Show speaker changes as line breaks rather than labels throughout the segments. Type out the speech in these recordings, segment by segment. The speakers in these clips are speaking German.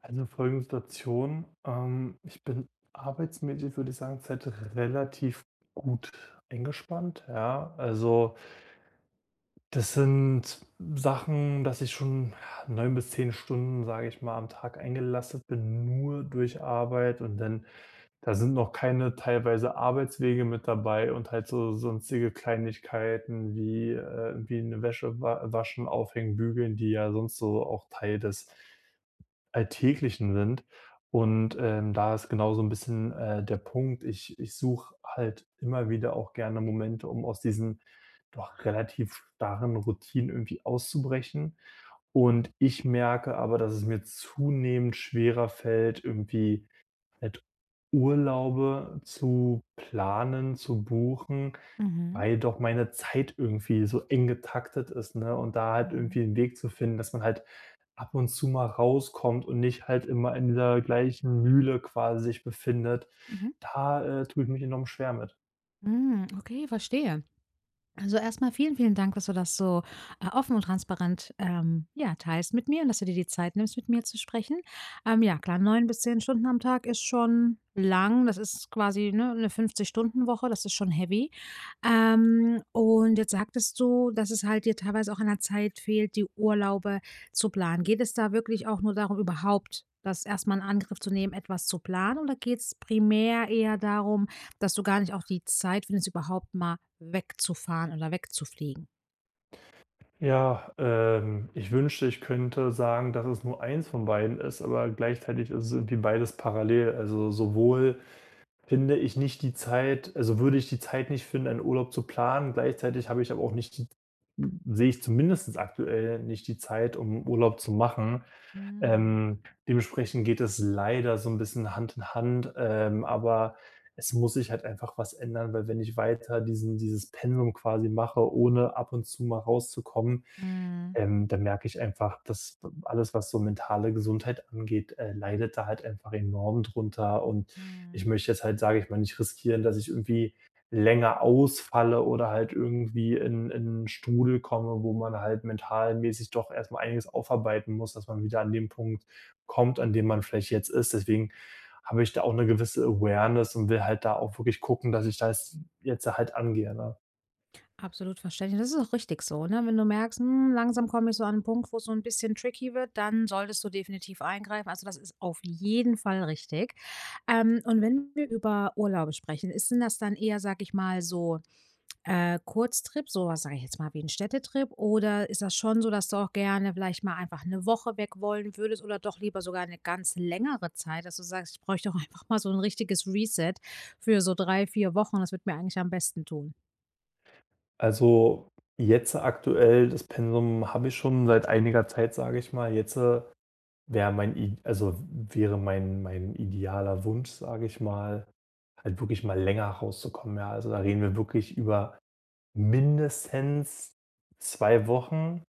Also folgende Situation. Ich bin arbeitsmäßig, würde ich sagen, zurzeit relativ gut eingespannt, ja. Also, das sind Sachen, dass ich schon ja, 9 bis 10 Stunden, sage ich mal, am Tag eingelastet bin, nur durch Arbeit, und dann da sind noch keine teilweise Arbeitswege mit dabei und halt so sonstige Kleinigkeiten wie irgendwie 'ne Wäsche wa waschen, aufhängen, bügeln, die ja sonst so auch Teil des Alltäglichen sind. Und, da ist genau so ein bisschen, der Punkt. Ich suche halt immer wieder auch gerne Momente, um aus diesen doch relativ starren Routinen irgendwie auszubrechen. Und ich merke aber, dass es mir zunehmend schwerer fällt, irgendwie halt Urlaube zu planen, zu buchen,
Mhm,
weil doch meine Zeit irgendwie so eng getaktet ist, ne? Und da halt
mhm,
irgendwie einen Weg zu finden, dass man halt ab und zu mal rauskommt und nicht halt immer in dieser gleichen Mühle quasi sich befindet,
mhm.
da tue ich mich enorm schwer mit.
Hm, okay, verstehe. Also, erstmal vielen, vielen Dank, dass du das so, offen und transparent, ja, teilst mit mir und dass du dir die Zeit nimmst, mit mir zu sprechen. Ja klar, 9 bis 10 Stunden am Tag ist schon lang. Das ist quasi, ne, 'ne 50-Stunden-Woche, das ist schon heavy. Und jetzt sagtest du, dass es halt dir teilweise auch an der Zeit fehlt, die Urlaube zu planen. Geht es da wirklich auch nur darum, überhaupt das erstmal in Angriff zu nehmen, etwas zu planen, oder geht es primär eher darum, dass du gar nicht auch die Zeit findest, überhaupt mal wegzufahren oder wegzufliegen?
Ja, ich wünschte, ich könnte sagen, dass es nur eins von beiden ist, aber gleichzeitig ist es irgendwie beides parallel. Also sowohl finde ich nicht die Zeit, also würde ich die Zeit nicht finden, einen Urlaub zu planen. Gleichzeitig habe ich aber auch nicht die, sehe ich zumindest aktuell nicht die Zeit, um Urlaub zu machen.
Mhm.
Ähm, dementsprechend geht es leider so ein bisschen Hand in Hand, aber es muss sich halt einfach was ändern, weil wenn ich weiter diesen dieses Pensum quasi mache, ohne ab und zu mal rauszukommen,
Mhm.
dann merke ich einfach, dass alles, was so mentale Gesundheit angeht, leidet da halt einfach enorm drunter. Und ich
Mhm.
möchte jetzt halt, sage ich mal, nicht riskieren, dass ich irgendwie länger ausfalle oder halt irgendwie in 'n Strudel komme, wo man halt mentalmäßig doch erstmal einiges aufarbeiten muss, dass man wieder an dem Punkt kommt, an dem man vielleicht jetzt ist. Deswegen habe ich da auch eine gewisse Awareness und will halt da auch wirklich gucken, dass ich das jetzt halt angehe, ne?
Absolut verständlich. Das ist auch richtig so, ne? Wenn du merkst, hm, langsam komme ich so an einen Punkt, wo's so ein bisschen tricky wird, dann solltest du definitiv eingreifen. Also, das ist auf jeden Fall richtig. Und wenn wir über Urlaube sprechen, ist denn das dann eher, sage ich mal, so Kurztrip, so was sage ich jetzt mal wie ein Städtetrip, oder ist das schon so, dass du auch gerne vielleicht mal einfach eine Woche weg wollen würdest oder doch lieber sogar eine ganz längere Zeit, dass du sagst: „Ich bräuchte doch einfach mal so ein richtiges Reset für so 3, 4 Wochen. Das wird mir eigentlich am besten tun.“
Also, jetzt aktuell das Pensum habe ich schon seit einiger Zeit, sage ich mal. Jetzt wäre mein i also wäre mein idealer Wunsch, sage ich mal, halt wirklich mal länger rauszukommen, ja. Also, da reden wir wirklich über mindestens 2 Wochen.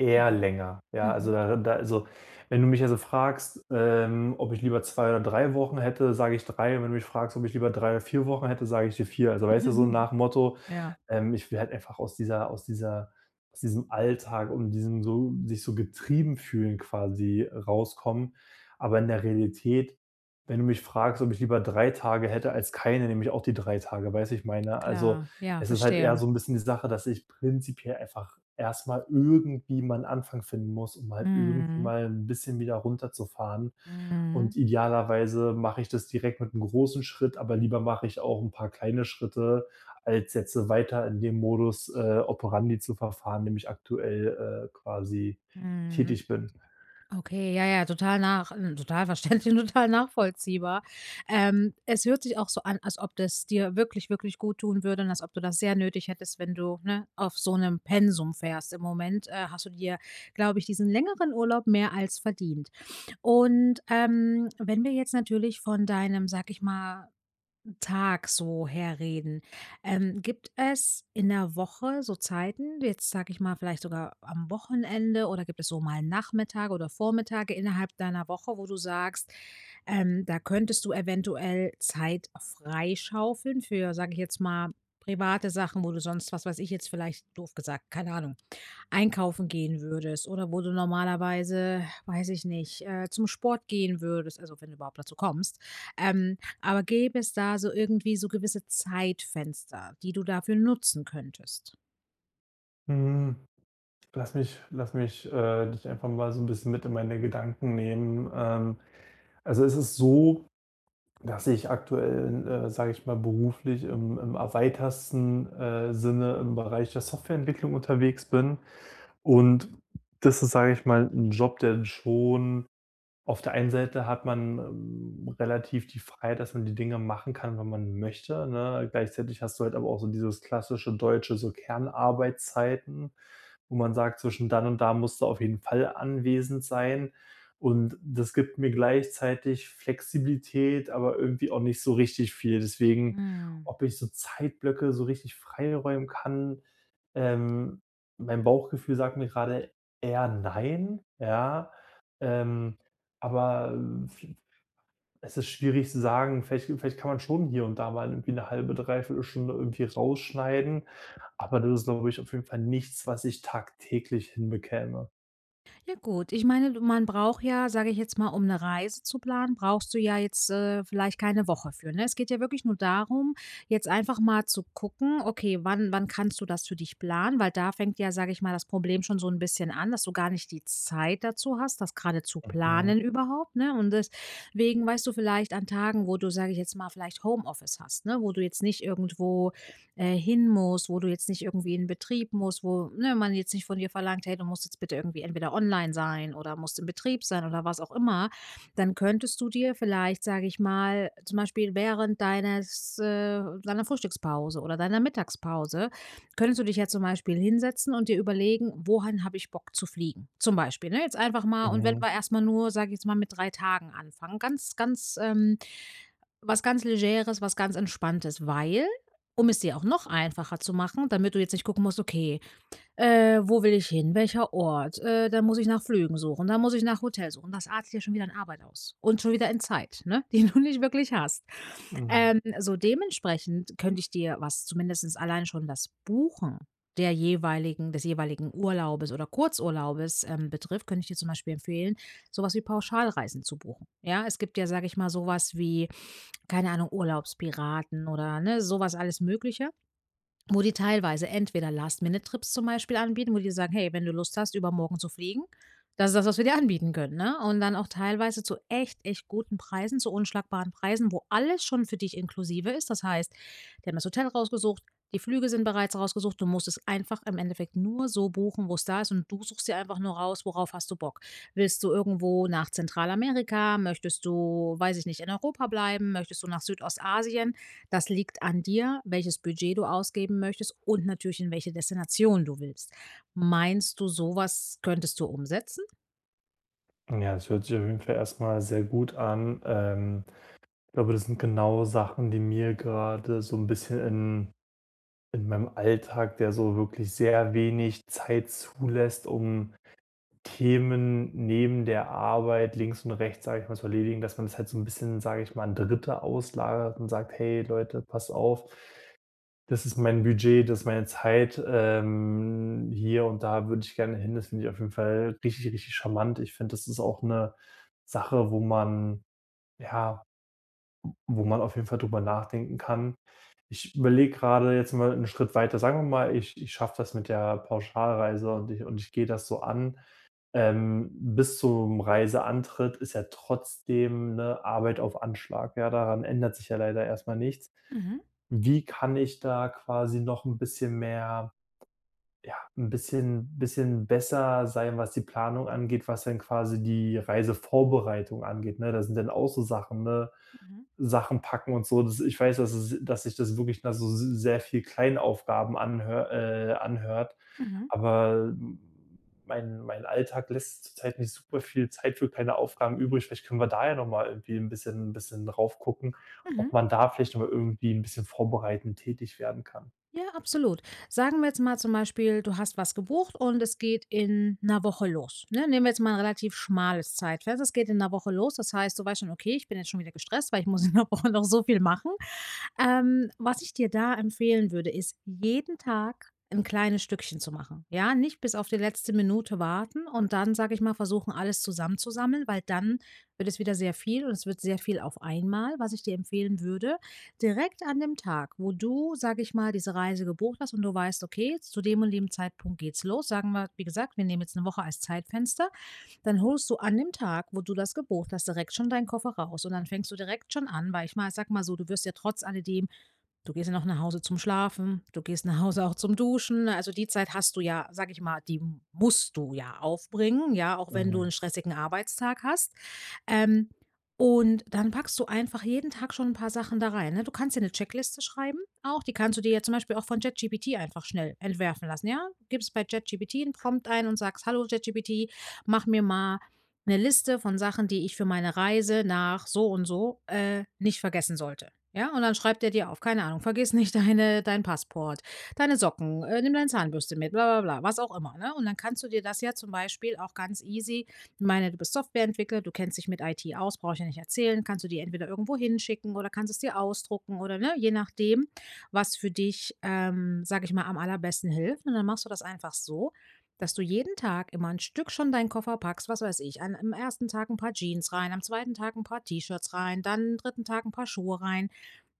Eher
Mhm,
länger. Ja, also
mhm.
da da also, wenn du mich also fragst, ob ich lieber 2 oder 3 Wochen hätte, sage ich 3. Und wenn du mich fragst, ob ich lieber 3 oder 4 Wochen hätte, sage ich dir 4. Also, weißt du, so nach dem Motto,
Ja,
ich will halt einfach aus dieser aus dieser aus diesem Alltag und diesem so sich so getrieben fühlen quasi rauskommen. Aber in der Realität, wenn du mich fragst, ob ich lieber 3 Tage hätte als keine, nehme ich auch die 3 Tage, weißt du, ich meine? Also,
klar. Ja,
es ist halt eher
verstehe.
so ein bisschen die Sache, dass ich prinzipiell einfach erstmal irgendwie mal einen Anfang finden muss, um halt irgendwie
Mhm,
mal ein bisschen wieder runterzufahren.
mhm,
Und idealerweise mache ich das direkt mit einem großen Schritt, aber lieber mache ich auch ein paar kleine Schritte, als jetzt weiter in dem Modus operandi zu verfahren, dem ich aktuell quasi
mhm.
tätig bin.
Okay, ja, ja, total total verständlich und total nachvollziehbar. Es hört sich auch so an, als ob das dir wirklich, wirklich gut tun würde und als ob du das sehr nötig hättest, wenn du, ne, auf so einem Pensum fährst. Im Moment, hast du dir, glaube ich, diesen längeren Urlaub mehr als verdient. Und, wenn wir jetzt natürlich von deinem, sag ich mal, Tag so herreden. Gibt es in der Woche so Zeiten, jetzt sage ich mal vielleicht sogar am Wochenende, oder gibt es so mal Nachmittage oder Vormittage innerhalb deiner Woche, wo du sagst, da könntest du eventuell Zeit freischaufeln für, sage ich jetzt mal, private Sachen, wo du sonst, was weiß ich jetzt vielleicht doof gesagt, keine Ahnung, einkaufen gehen würdest oder wo du normalerweise, weiß ich nicht, zum Sport gehen würdest, also wenn du überhaupt dazu kommst. Aber gäbe es da so irgendwie so gewisse Zeitfenster, die du dafür nutzen könntest?
Hm, lass mich dich einfach mal so ein bisschen mit in meine Gedanken nehmen. Also, es ist so, dass ich aktuell, sage ich mal, beruflich im erweitersten Sinne im Bereich der Softwareentwicklung unterwegs bin. Und das ist, sage ich mal, ein Job, der schon, auf der einen Seite hat man, relativ die Freiheit, dass man die Dinge machen kann, wenn man möchte, ne? Gleichzeitig hast du halt aber auch so dieses klassische Deutsche, so Kernarbeitszeiten, wo man sagt: „Zwischen dann und da musst du auf jeden Fall anwesend sein.“ Und das gibt mir gleichzeitig Flexibilität, aber irgendwie auch nicht so richtig viel. Deswegen,
Hm.
ob ich so Zeitblöcke so richtig freiräumen kann, ähm mein Bauchgefühl sagt mir gerade eher nein, ja. Ähm aber es ist schwierig zu sagen. Vielleicht kann man schon hier und da mal irgendwie 'ne 1/2 Stunde irgendwie rausschneiden, aber das ist, glaube ich, auf jeden Fall nichts, was ich tagtäglich hinbekäme.
Ja gut, ich meine, du man braucht ja, sage ich jetzt mal, um eine Reise zu planen, brauchst du ja jetzt, vielleicht keine Woche für, ne? Es geht ja wirklich nur darum, jetzt einfach mal zu gucken: Okay, wann kannst du das für dich planen? Weil da fängt ja, sage ich mal, das Problem schon so ein bisschen an, dass du gar nicht die Zeit dazu hast, das gerade zu
Mhm,
planen überhaupt, ne? Und deswegen, weißt du, vielleicht an Tagen, wo du, sage ich jetzt mal, vielleicht Homeoffice hast, ne, wo du jetzt nicht irgendwo hin musst, wo du jetzt nicht irgendwie in den Betrieb musst, wo, ne, man jetzt nicht von dir verlangt, hey, du musst jetzt bitte irgendwie entweder online sein oder musst im Betrieb sein oder was auch immer, dann könntest du dir vielleicht, sage ich mal, zum Beispiel während deiner Frühstückspause oder deiner Mittagspause könntest du dich ja zum Beispiel hinsetzen und dir überlegen, wohin habe ich Bock zu fliegen? Zum Beispiel, ne? Jetzt einfach mal, und wenn
mhm,
wir erstmal nur, sage ich jetzt mal, mit 3 Tagen anfangen, ganz, ganz was ganz Legeres, was ganz Entspanntes, weil, um es dir auch noch einfacher zu machen, damit du jetzt nicht gucken musst, okay, wo will ich hin, welcher Ort, dann muss ich nach Flügen suchen, dann muss ich nach Hotel suchen. Das artet ja schon wieder in Arbeit aus und schon wieder in Zeit, ne, die du nicht wirklich hast.
mhm.
So dementsprechend könnte ich dir, was zumindestens allein schon das Buchen der jeweiligen des jeweiligen Urlaubes oder Kurzurlaubes, betrifft, könnte ich dir zum Beispiel empfehlen, sowas wie Pauschalreisen zu buchen. Ja, es gibt ja, sage ich mal, sowas wie keine Ahnung, Urlaubspiraten oder, ne, sowas alles Mögliche. Wo die teilweise entweder Last-Minute-Trips zum Beispiel anbieten, wo die sagen: „Hey, wenn du Lust hast, übermorgen zu fliegen, das ist das, was wir dir anbieten können“, ne? Und dann auch teilweise zu echt, echt guten Preisen, zu unschlagbaren Preisen, wo alles schon für dich inklusive ist. Das heißt, die haben das Hotel rausgesucht, die Flüge sind bereits rausgesucht. Du musst es einfach im Endeffekt nur so buchen, wo es da ist, und du suchst dir einfach nur raus, worauf hast du Bock. Willst du irgendwo nach Zentralamerika? Möchtest du, weiß ich nicht, in Europa bleiben? Möchtest du nach Südostasien? Das liegt an dir, welches Budget du ausgeben möchtest und natürlich in welche Destination du willst. Meinst du, sowas könntest du umsetzen?
Ja, das hört sich auf jeden Fall erstmal sehr gut an. Ich glaube, das sind genau Sachen, die mir gerade so ein bisschen in meinem Alltag, der so wirklich sehr wenig Zeit zulässt, um Themen neben der Arbeit links und rechts, sage ich mal, zu erledigen, dass man das halt so ein bisschen, sage ich mal, an Dritte auslagert und sagt: „Hey Leute, passt auf, das ist mein Budget, das ist meine Zeit, hier und da würde ich gerne hin.“ Das finde ich auf jeden Fall richtig, richtig charmant. Ich finde, das ist auch eine Sache, wo man, ja, wo man auf jeden Fall drüber nachdenken kann. Ich überlege gerade jetzt mal einen Schritt weiter. Sagen wir mal, ich schaffe das mit der Pauschalreise und ich gehe das so an. Bis zum Reiseantritt ist ja trotzdem eine Arbeit auf Anschlag. Ja, daran ändert sich ja leider erstmal nichts.
Mhm,
Wie kann ich da quasi noch ein bisschen mehr, ja, ein bisschen besser sein, was die Planung angeht, was dann quasi die Reisevorbereitung angeht, ne? Das sind dann auch so Sachen, ne?
mhm,
Sachen packen und so. Das, ich weiß, dass es, dass sich das wirklich nach so sehr viel Kleinaufgaben anhört.
mhm,
Aber mein Alltag lässt zurzeit nicht super viel Zeit für kleine Aufgaben übrig. Vielleicht können wir da ja nochmal irgendwie ein bisschen drauf gucken, ob
mhm.
man da vielleicht nochmal irgendwie ein bisschen vorbereitend tätig werden kann.
Ja, absolut. Sagen wir jetzt mal zum Beispiel, du hast was gebucht und es geht in einer Woche los, ne? Nehmen wir jetzt mal ein relativ schmales Zeitfenster. Es geht in einer Woche los. Das heißt, du weißt schon: „Okay, ich bin jetzt schon wieder gestresst, weil ich muss in einer Woche noch so viel machen.“ Was ich dir da empfehlen würde, ist, jeden Tag ein kleines Stückchen zu machen. Ja, nicht bis auf die letzte Minute warten und dann, sage ich mal, versuchen, alles zusammenzusammeln, weil dann wird es wieder sehr viel und es wird sehr viel auf einmal. Was ich dir empfehlen würde, direkt an dem Tag, wo du, sage ich mal, diese Reise gebucht hast und du weißt: „Okay, zu dem und dem Zeitpunkt geht's los.“ Sagen wir, wie gesagt, wir nehmen jetzt eine Woche als Zeitfenster. Dann holst du an dem Tag, wo du das gebucht hast, direkt schon deinen Koffer raus und dann fängst du direkt schon an, weil ich mal sage mal so, du wirst ja trotz alledem. Du gehst ja noch nach Hause zum Schlafen, du gehst nach Hause auch zum Duschen. Also, die Zeit hast du ja, sage ich mal, die musst du ja aufbringen, ja, auch wenn du
Mhm.
einen stressigen Arbeitstag hast. Ähm, und dann packst du einfach jeden Tag schon ein paar Sachen da rein, ne? Du kannst dir eine Checkliste schreiben auch, die kannst du dir ja zum Beispiel auch von ChatGPT einfach schnell entwerfen lassen, ja? Gibst bei ChatGPT 'n Prompt ein und sagst: „Hallo ChatGPT, mach mir mal eine Liste von Sachen, die ich für meine Reise nach so und so, nicht vergessen sollte“, ja? Und dann schreibt er dir auf, keine Ahnung: „Vergiss nicht dein Passport, deine Socken, nimm deine Zahnbürste mit“, bla bla bla, was auch immer, ne? Und dann kannst du dir das ja zum Beispiel auch ganz easy meine, du bist Softwareentwickler, du kennst dich mit IT aus, brauche ich ja nicht erzählen, kannst du die entweder irgendwo hinschicken oder kannst es dir ausdrucken oder ne, je nachdem, was für dich, sage ich mal, am allerbesten hilft. Und dann machst du das einfach so, dass du jeden Tag immer ein Stück schon deinen Koffer packst, was weiß ich, am ersten Tag ein paar Jeans rein, am zweiten Tag ein paar T-Shirts rein, dann am dritten Tag ein paar Schuhe rein,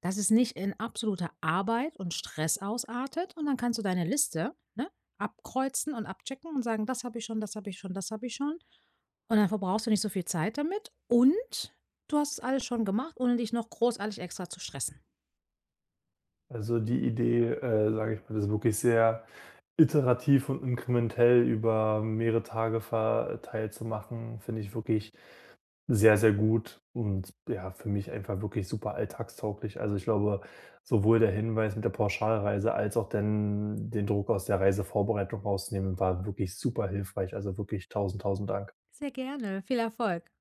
dass es nicht in absolute Arbeit und Stress ausartet, und dann kannst du deine Liste, ne, abkreuzen und abchecken und sagen: „Das habe ich schon, das habe ich schon, das habe ich schon.“ Und dann verbrauchst du nicht so viel Zeit damit, und du hast es alles schon gemacht, ohne dich noch großartig extra zu stressen.
Also die Idee, sage ich mal, das wirklich sehr iterativ und inkrementell über mehrere Tage verteilt zu machen, finde ich wirklich sehr, sehr gut und, ja, für mich einfach wirklich super alltagstauglich. Also, ich glaube, sowohl der Hinweis mit der Pauschalreise als auch denn den Druck aus der Reisevorbereitung rausnehmen, war wirklich super hilfreich. Also, wirklich tausend tausend Dank.
Sehr gerne. Viel Erfolg.